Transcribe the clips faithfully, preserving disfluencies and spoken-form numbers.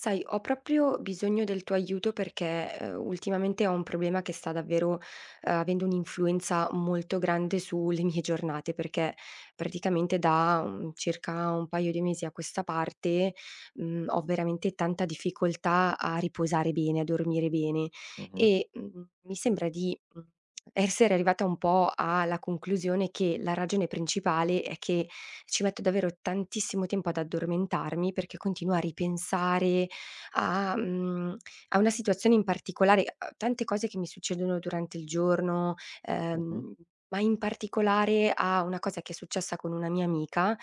Sai, ho proprio bisogno del tuo aiuto perché, ehm, ultimamente ho un problema che sta davvero, uhm, avendo un'influenza molto grande sulle mie giornate, perché praticamente da, mhmm, circa un paio di mesi a questa parte, mhmm, ho veramente tanta difficoltà a riposare bene, a dormire bene Mh-mh, e, mhmm, mi sembra di, mhmm, essere arrivata un po' alla conclusione che la ragione principale è che ci metto davvero tantissimo tempo ad addormentarmi perché continuo a ripensare a mhmm, a una situazione in particolare, a tante cose che mi succedono durante il giorno, mh-mh, ehm, ma in particolare a una cosa che è successa con una mia amica,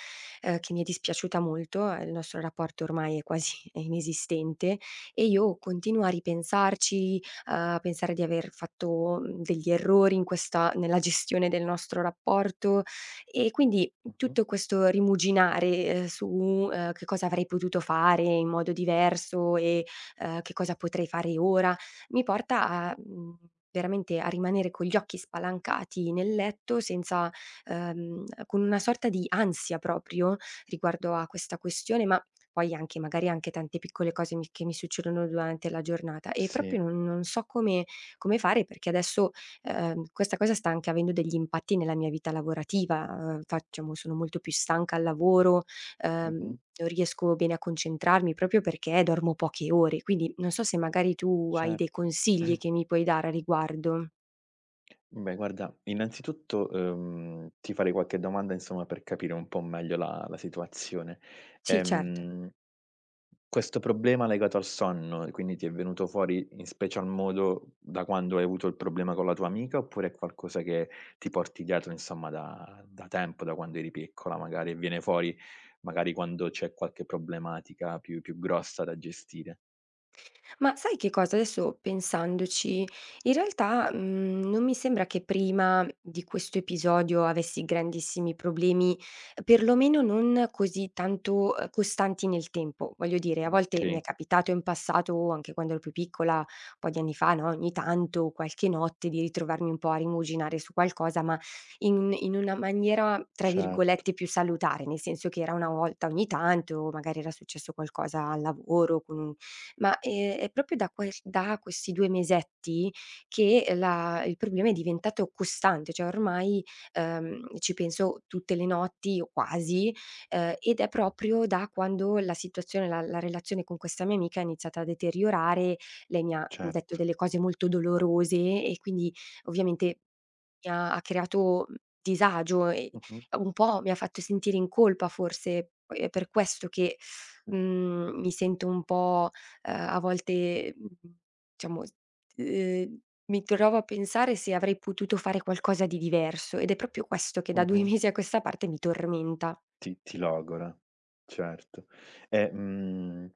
ehm, che mi è dispiaciuta molto, ehm, Il nostro rapporto ormai è quasi inesistente e io continuo a ripensarci, a pensare di aver fatto, mhmm, degli errori in questa nella gestione del nostro rapporto e quindi mh-mh. tutto questo rimuginare, ehm, su, uhm, che cosa avrei potuto fare in modo diverso e, ehm, che cosa potrei fare ora, mi porta a mhmm, veramente a rimanere con gli occhi spalancati nel letto senza, ehm, con una sorta di ansia proprio riguardo a questa questione, ma poi anche magari anche tante piccole cose mi che mi succedono durante la giornata e Sì, proprio non non so come come fare perché adesso Ehm, questa cosa sta anche avendo degli impatti nella mia vita lavorativa, ehm, facciamo sono molto più stanca al lavoro, ehm, mh-mh, non riesco bene a concentrarmi proprio perché dormo poche ore, quindi non so se magari tu hai dei certo. consigli che mi puoi dare a riguardo. Beh guarda, innanzitutto, uhm, ti farei qualche domanda insomma per capire un po' meglio la la situazione. Sì, certo. Ehm, Questo problema legato al sonno, quindi ti è venuto fuori in special modo da quando hai avuto il problema con la tua amica, oppure è qualcosa che ti porti dietro insomma da da tempo, da quando eri piccola magari, e viene fuori magari quando c'è qualche problematica più più grossa da gestire? Ma sai che cosa? Adesso pensandoci, in realtà, mhmm, non mi sembra che prima di questo episodio avessi grandissimi problemi, perlomeno non così tanto, ehm, costanti nel tempo. Voglio dire, a volte mi è Okay, capitato in passato, anche quando ero più piccola, un po' di anni fa, no, ogni tanto, qualche notte, di ritrovarmi un po' a rimuginare su qualcosa, ma in in una maniera, tra cer virgolette, "più salutare", nel senso che era una volta ogni tanto, magari era successo qualcosa al lavoro con un ma, ehm, è proprio da ques da questi due mesetti che la il problema è diventato costante, cioè ormai, ehm, ci penso tutte le notti o quasi, ehm, ed è proprio da quando la situazione la la relazione con questa mia amica è iniziata a deteriorare. Lei mi ha detto certo. delle cose molto dolorose e quindi ovviamente mi ha ha creato, mhmm, disagio e Mh-mh, un po' mi ha fatto sentire in colpa forse, poi è per questo che, mhmm, mi sento un po'. Ehm, a volte, mhmm, diciamo, ehm, mi trovo a pensare se avrei potuto fare qualcosa di diverso ed è proprio questo che da due mh-mh. mesi a questa parte mi tormenta. Ti ti logora, certo. E, mhmm,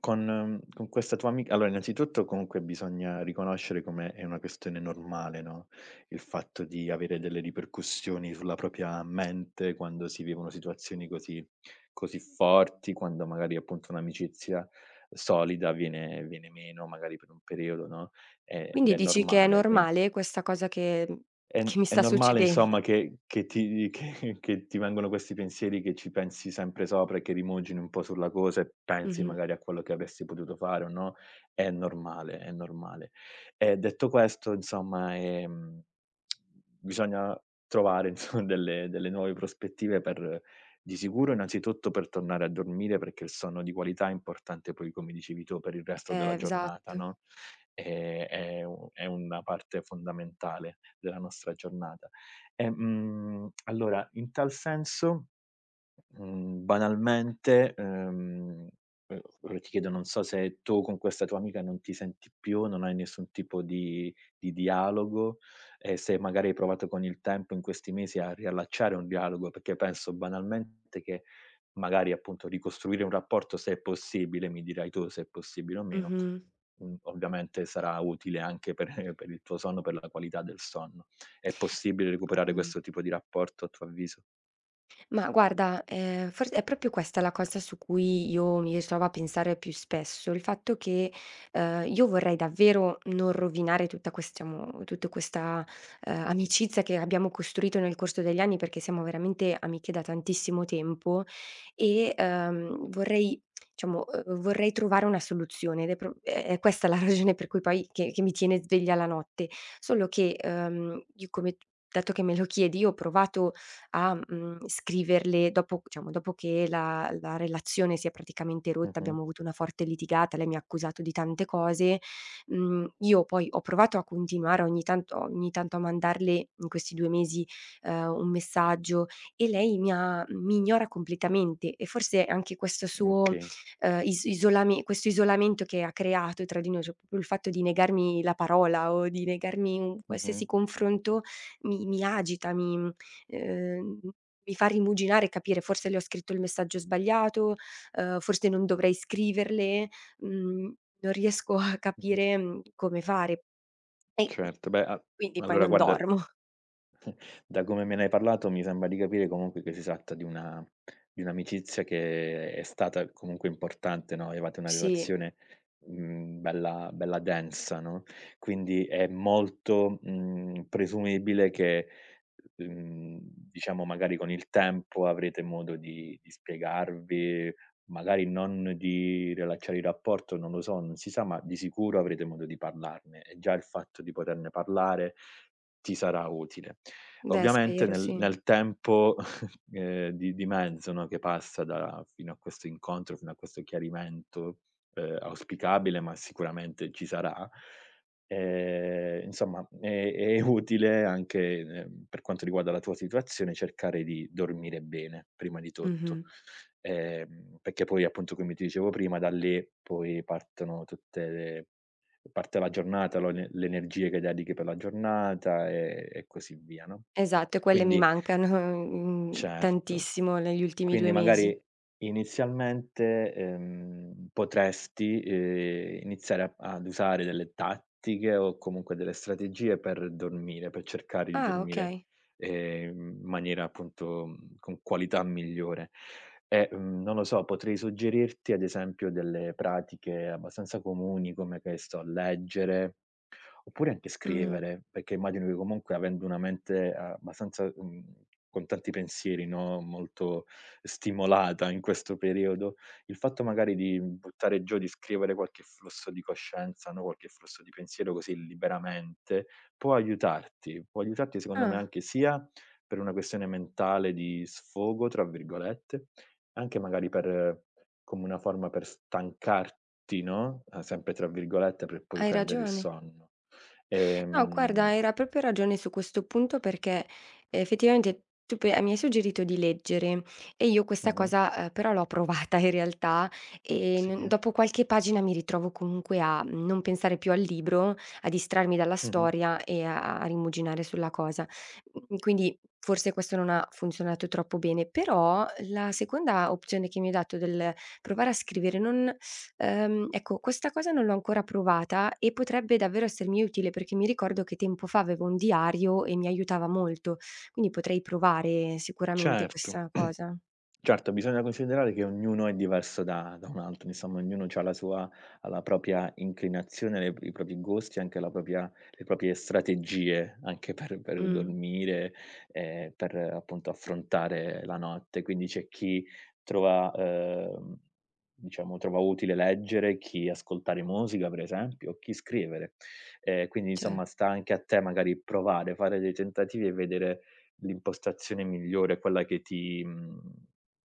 con con questa tua ami allora innanzitutto comunque bisogna riconoscere come è una questione normale, no, il fatto di avere delle ripercussioni sulla propria mente quando si vivono situazioni così così forti, quando magari appunto un'amicizia solida viene viene meno, magari per un periodo, no, ehm, ed Quindi è dici che è normale, quin normale questa cosa che mhmm, È n che mi è sta normale succedendo? insomma che che ti che che ti vengono questi pensieri, che ci pensi sempre sopra e che rimugini un po' sulla cosa e pensi Mh-mh. magari a quello che avresti potuto fare o no, è normale, è normale. E detto questo insomma, ehm, bisogna trovare insomma delle delle nuove prospettive per di sicuro innanzitutto per tornare a dormire, perché il sonno di qualità è importante poi, come dicevi tu, per il resto della Eh, giornata, esatto. no, ehm, è u è una parte fondamentale della nostra giornata. E, mhmm, allora in tal senso Mhmm, banalmente, ehm, uhm, ora ti chiedo, non so se tu con questa tua amica non ti senti più, non hai nessun tipo di di dialogo e se magari hai provato con il tempo in questi mesi a riallacciare un dialogo, perché penso banalmente che magari appunto ricostruire un rapporto se è possibile, mi dirai tu se è possibile o meno, Mh-mh. mhmm, ovviamente sarà utile anche per per il tuo sonno, per la qualità del sonno. È possibile recuperare Mh. questo tipo di rapporto a tuo avviso? Ma guarda, ehm, forse è proprio questa la cosa su cui io mi ritrovo a pensare più spesso, il fatto che, ehm, io vorrei davvero non rovinare tutta questiamo tutta questa, ehm, amicizia che abbiamo costruito nel corso degli anni, perché siamo veramente amiche da tantissimo tempo e, ehm, vorrei diciamo, uhm, vorrei trovare una soluzione ed è pro è è questa la ragione per cui poi che che mi tiene sveglia la notte. Solo che, ehm, io come dato che me lo chiedi, io ho provato a, mhmm, scriverle dopo diciamo, dopo che la la relazione si è praticamente rotta, Mh-mh, abbiamo avuto una forte litigata, lei mi ha accusato di tante cose, mhmm, io poi ho provato a continuare ogni tanto ogni tanto a mandarle in questi due mesi, ehm, un messaggio e lei mi ha mi ignora completamente e forse anche questo suo, okay. ehm, is isolame questo isolamento che ha creato tra di noi, cioè proprio il fatto di negarmi la parola o di negarmi un Mh-mh, qualsiasi confronto mi mi agita, mi Ehm, mi fa rimuginare e capire forse le ho scritto il messaggio sbagliato, ehm, forse non dovrei scriverle, mhmm, non riesco a mh-mh. capire, mhmm, come fare e Certo, beh, a quindi poi allora non guarda. dormo. Da come me ne hai parlato mi sembra di capire comunque che si tratta di una di un'amicizia che è stata comunque importante, no, avevate una Sì, relazione, mhmm, bella bella densa, no, quindi è molto, mhmm, presumibile che, mhmm, diciamo magari con il tempo avrete modo di di spiegarvi, magari non di riallacciare il rapporto, non lo so, non si sa, ma di sicuro avrete modo di parlarne e già il fatto di poterne parlare ti sarà utile. beh Ovviamente spero nel sì. nel tempo, ehm, di di mezzo, no, che passa da fino a questo incontro, fino a questo chiarimento, ehm, auspicabile, ma sicuramente ci sarà, ehm, insomma è è utile anche, ehm, per quanto riguarda la tua situazione, cercare di dormire bene, prima di tutto. Mh-mh. Ehm, perché poi appunto, come ti dicevo prima, da lì poi partono tutte le parte la giornata, lo le le energie che dedichi per la giornata e e così via, no? Esatto, e quelle mi Quindi mancano, mhmm, certo. tantissimo negli ultimi due Quindi mesi. magari inizialmente, ehm, potresti, ehm, iniziare a ad usare delle tattiche o comunque delle strategie per dormire, per cercare di Ah, dormire, okay. ehm, in maniera appunto, mhmm, con qualità migliore. E, mhmm, non lo so, potrei suggerirti ad esempio delle pratiche abbastanza comuni come, che ne so, leggere, oppure anche Mh. scrivere, perché immagino che comunque avendo una mente eh, abbastanza, mhmm, con tanti pensieri, no, molto stimolata in questo periodo, il fatto magari di buttare giù, di scrivere qualche flusso di coscienza, no, qualche flusso di pensiero così liberamente, può aiutarti, può aiutarti secondo me Ah, anche sia per una questione mentale di "sfogo" tra virgolette, anche magari per eh, come una forma per stancarti, no, ehm, sempre tra virgolette, per poi hai prendere il ragione. sonno. No, Ehm guarda, era proprio ragione su questo punto perché eh, effettivamente tu pe mi hai suggerito di leggere e io questa mh-mh, cosa, ehm, però l'ho provata in realtà e n sì, dopo qualche pagina mi ritrovo comunque a non pensare più al libro, a distrarmi dalla mh-mh, storia e a a rimuginare sulla cosa. Mhmm, quindi forse questo non ha funzionato troppo bene, però la seconda opzione che mi hai dato del provare a scrivere non. Ehm, ecco, questa cosa non l'ho ancora provata e potrebbe davvero essermi utile perché mi ricordo che tempo fa avevo un diario e mi aiutava molto, quindi potrei provare sicuramente certo. questa cosa. Certo, bisogna considerare che ognuno è diverso da da un altro, insomma, ognuno c'ha la sua ha la propria inclinazione, le i propri gusti, anche la propria le proprie strategie, anche per per Mh, dormire, ehm, per eh, appunto affrontare la notte. Quindi c'è chi trova, ehm, diciamo, trova utile leggere, chi ascoltare musica per esempio, o chi scrivere. Ehm, quindi cer insomma sta anche a te magari provare, fare dei tentativi e vedere l'impostazione migliore, quella che ti mhmm,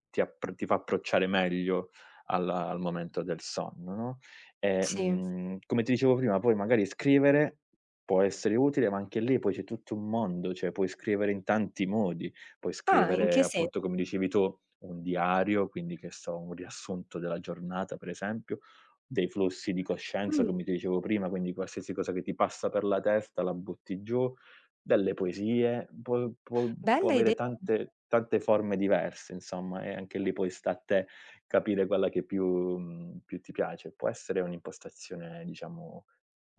ti appr ti fa approcciare meglio alla al momento del sonno, no, e, sì. mhmm, come ti dicevo prima, poi magari scrivere può essere utile, ma anche lì poi c'è tutto un mondo, cioè puoi scrivere in tanti modi, puoi Ah, in scrivere che sen appunto, come dicevi tu, un diario, quindi che so, un riassunto della giornata per esempio, dei flussi di coscienza, mh, come ti dicevo prima, quindi qualsiasi cosa che ti passa per la testa la butti giù, delle poesie, può può può bella ide avere tante tante forme diverse insomma, e anche lì poi sta a te capire quella che più mhmm, più ti piace. Può essere un'impostazione diciamo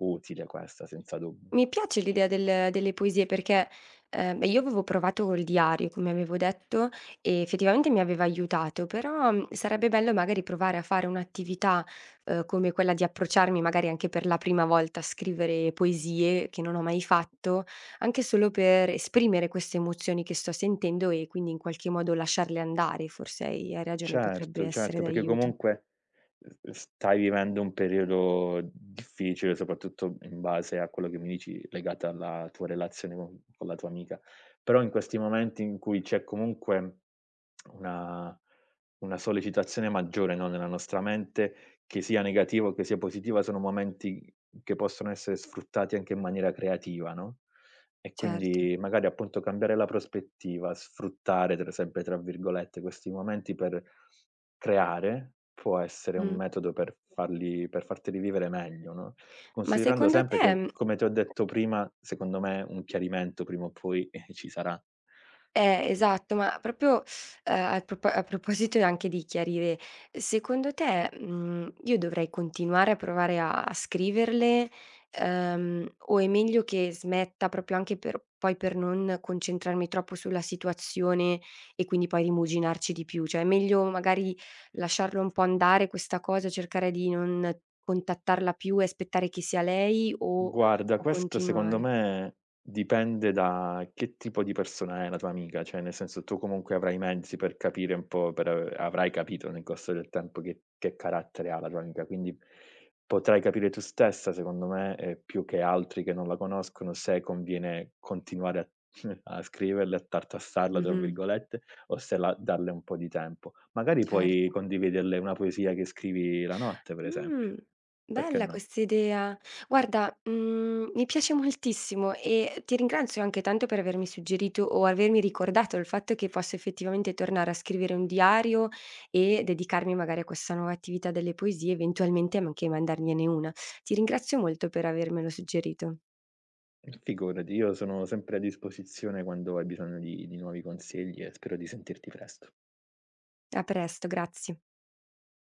utile questa, senza dubbio. Mi piace l'idea del delle poesie perché, ehm, io avevo provato col diario, come avevo detto, e effettivamente mi aveva aiutato, però, mhmm, sarebbe bello magari provare a fare un'attività, uhm, come quella di approcciarmi magari anche per la prima volta a scrivere poesie, che non ho mai fatto, anche solo per esprimere queste emozioni che sto sentendo e quindi in qualche modo lasciarle andare, forse hai hai ragione, potrebbe Certo, essere certo, perché d'aiuto. comunque, uhm, stai vivendo un periodo difficile, soprattutto in base a quello che mi dici legato alla tua relazione con con la tua amica. Però in questi momenti in cui c'è comunque una una sollecitazione maggiore, no, nella nostra mente, che sia negativa o che sia positiva, sono momenti che possono essere sfruttati anche in maniera creativa, no? E Certo. quindi magari appunto cambiare la prospettiva, sfruttare tra sempre tra virgolette, questi momenti per creare, può essere un Mh. metodo per farli per farteli vivere meglio, no, Ma considerando secondo sempre te, che, mhmm come ti ho detto prima, secondo me un chiarimento prima o poi, eh, ci sarà. Eh, esatto, ma proprio, ehm, a propo a proposito anche di chiarire, secondo te, mhmm, io dovrei continuare a provare a a scriverle, ehm, o è meglio che smetta proprio anche per poi per non concentrarmi troppo sulla situazione e quindi poi rimuginarci di più? Cioè è meglio magari lasciarlo un po' andare questa cosa, cercare di non contattarla più e aspettare che sia lei o Guarda, o questo secondo continuare? me dipende da che tipo di persona è la tua amica, cioè nel senso tu comunque avrai i mezzi per capire un po', per avrai capito nel corso del tempo che, che carattere ha la tua amica, quindi potrai capire tu stessa, secondo me, eh, più che altri che non la conoscono, se conviene continuare a, a scriverle, a tartassarla, tra Mh-mh, virgolette, o se la- darle un po' di tempo. Magari puoi certo. condividerle una poesia che scrivi la notte, per Mh, esempio, perché bella no? quest'idea. Guarda, mhmm, mi piace moltissimo e ti ringrazio anche tanto per avermi suggerito o avermi ricordato il fatto che posso effettivamente tornare a scrivere un diario e dedicarmi magari a questa nuova attività delle poesie, eventualmente anche mandargliene una. Ti ringrazio molto per avermelo suggerito. Figurati, io sono sempre a disposizione quando hai bisogno di di nuovi consigli e spero di sentirti presto. A presto, grazie.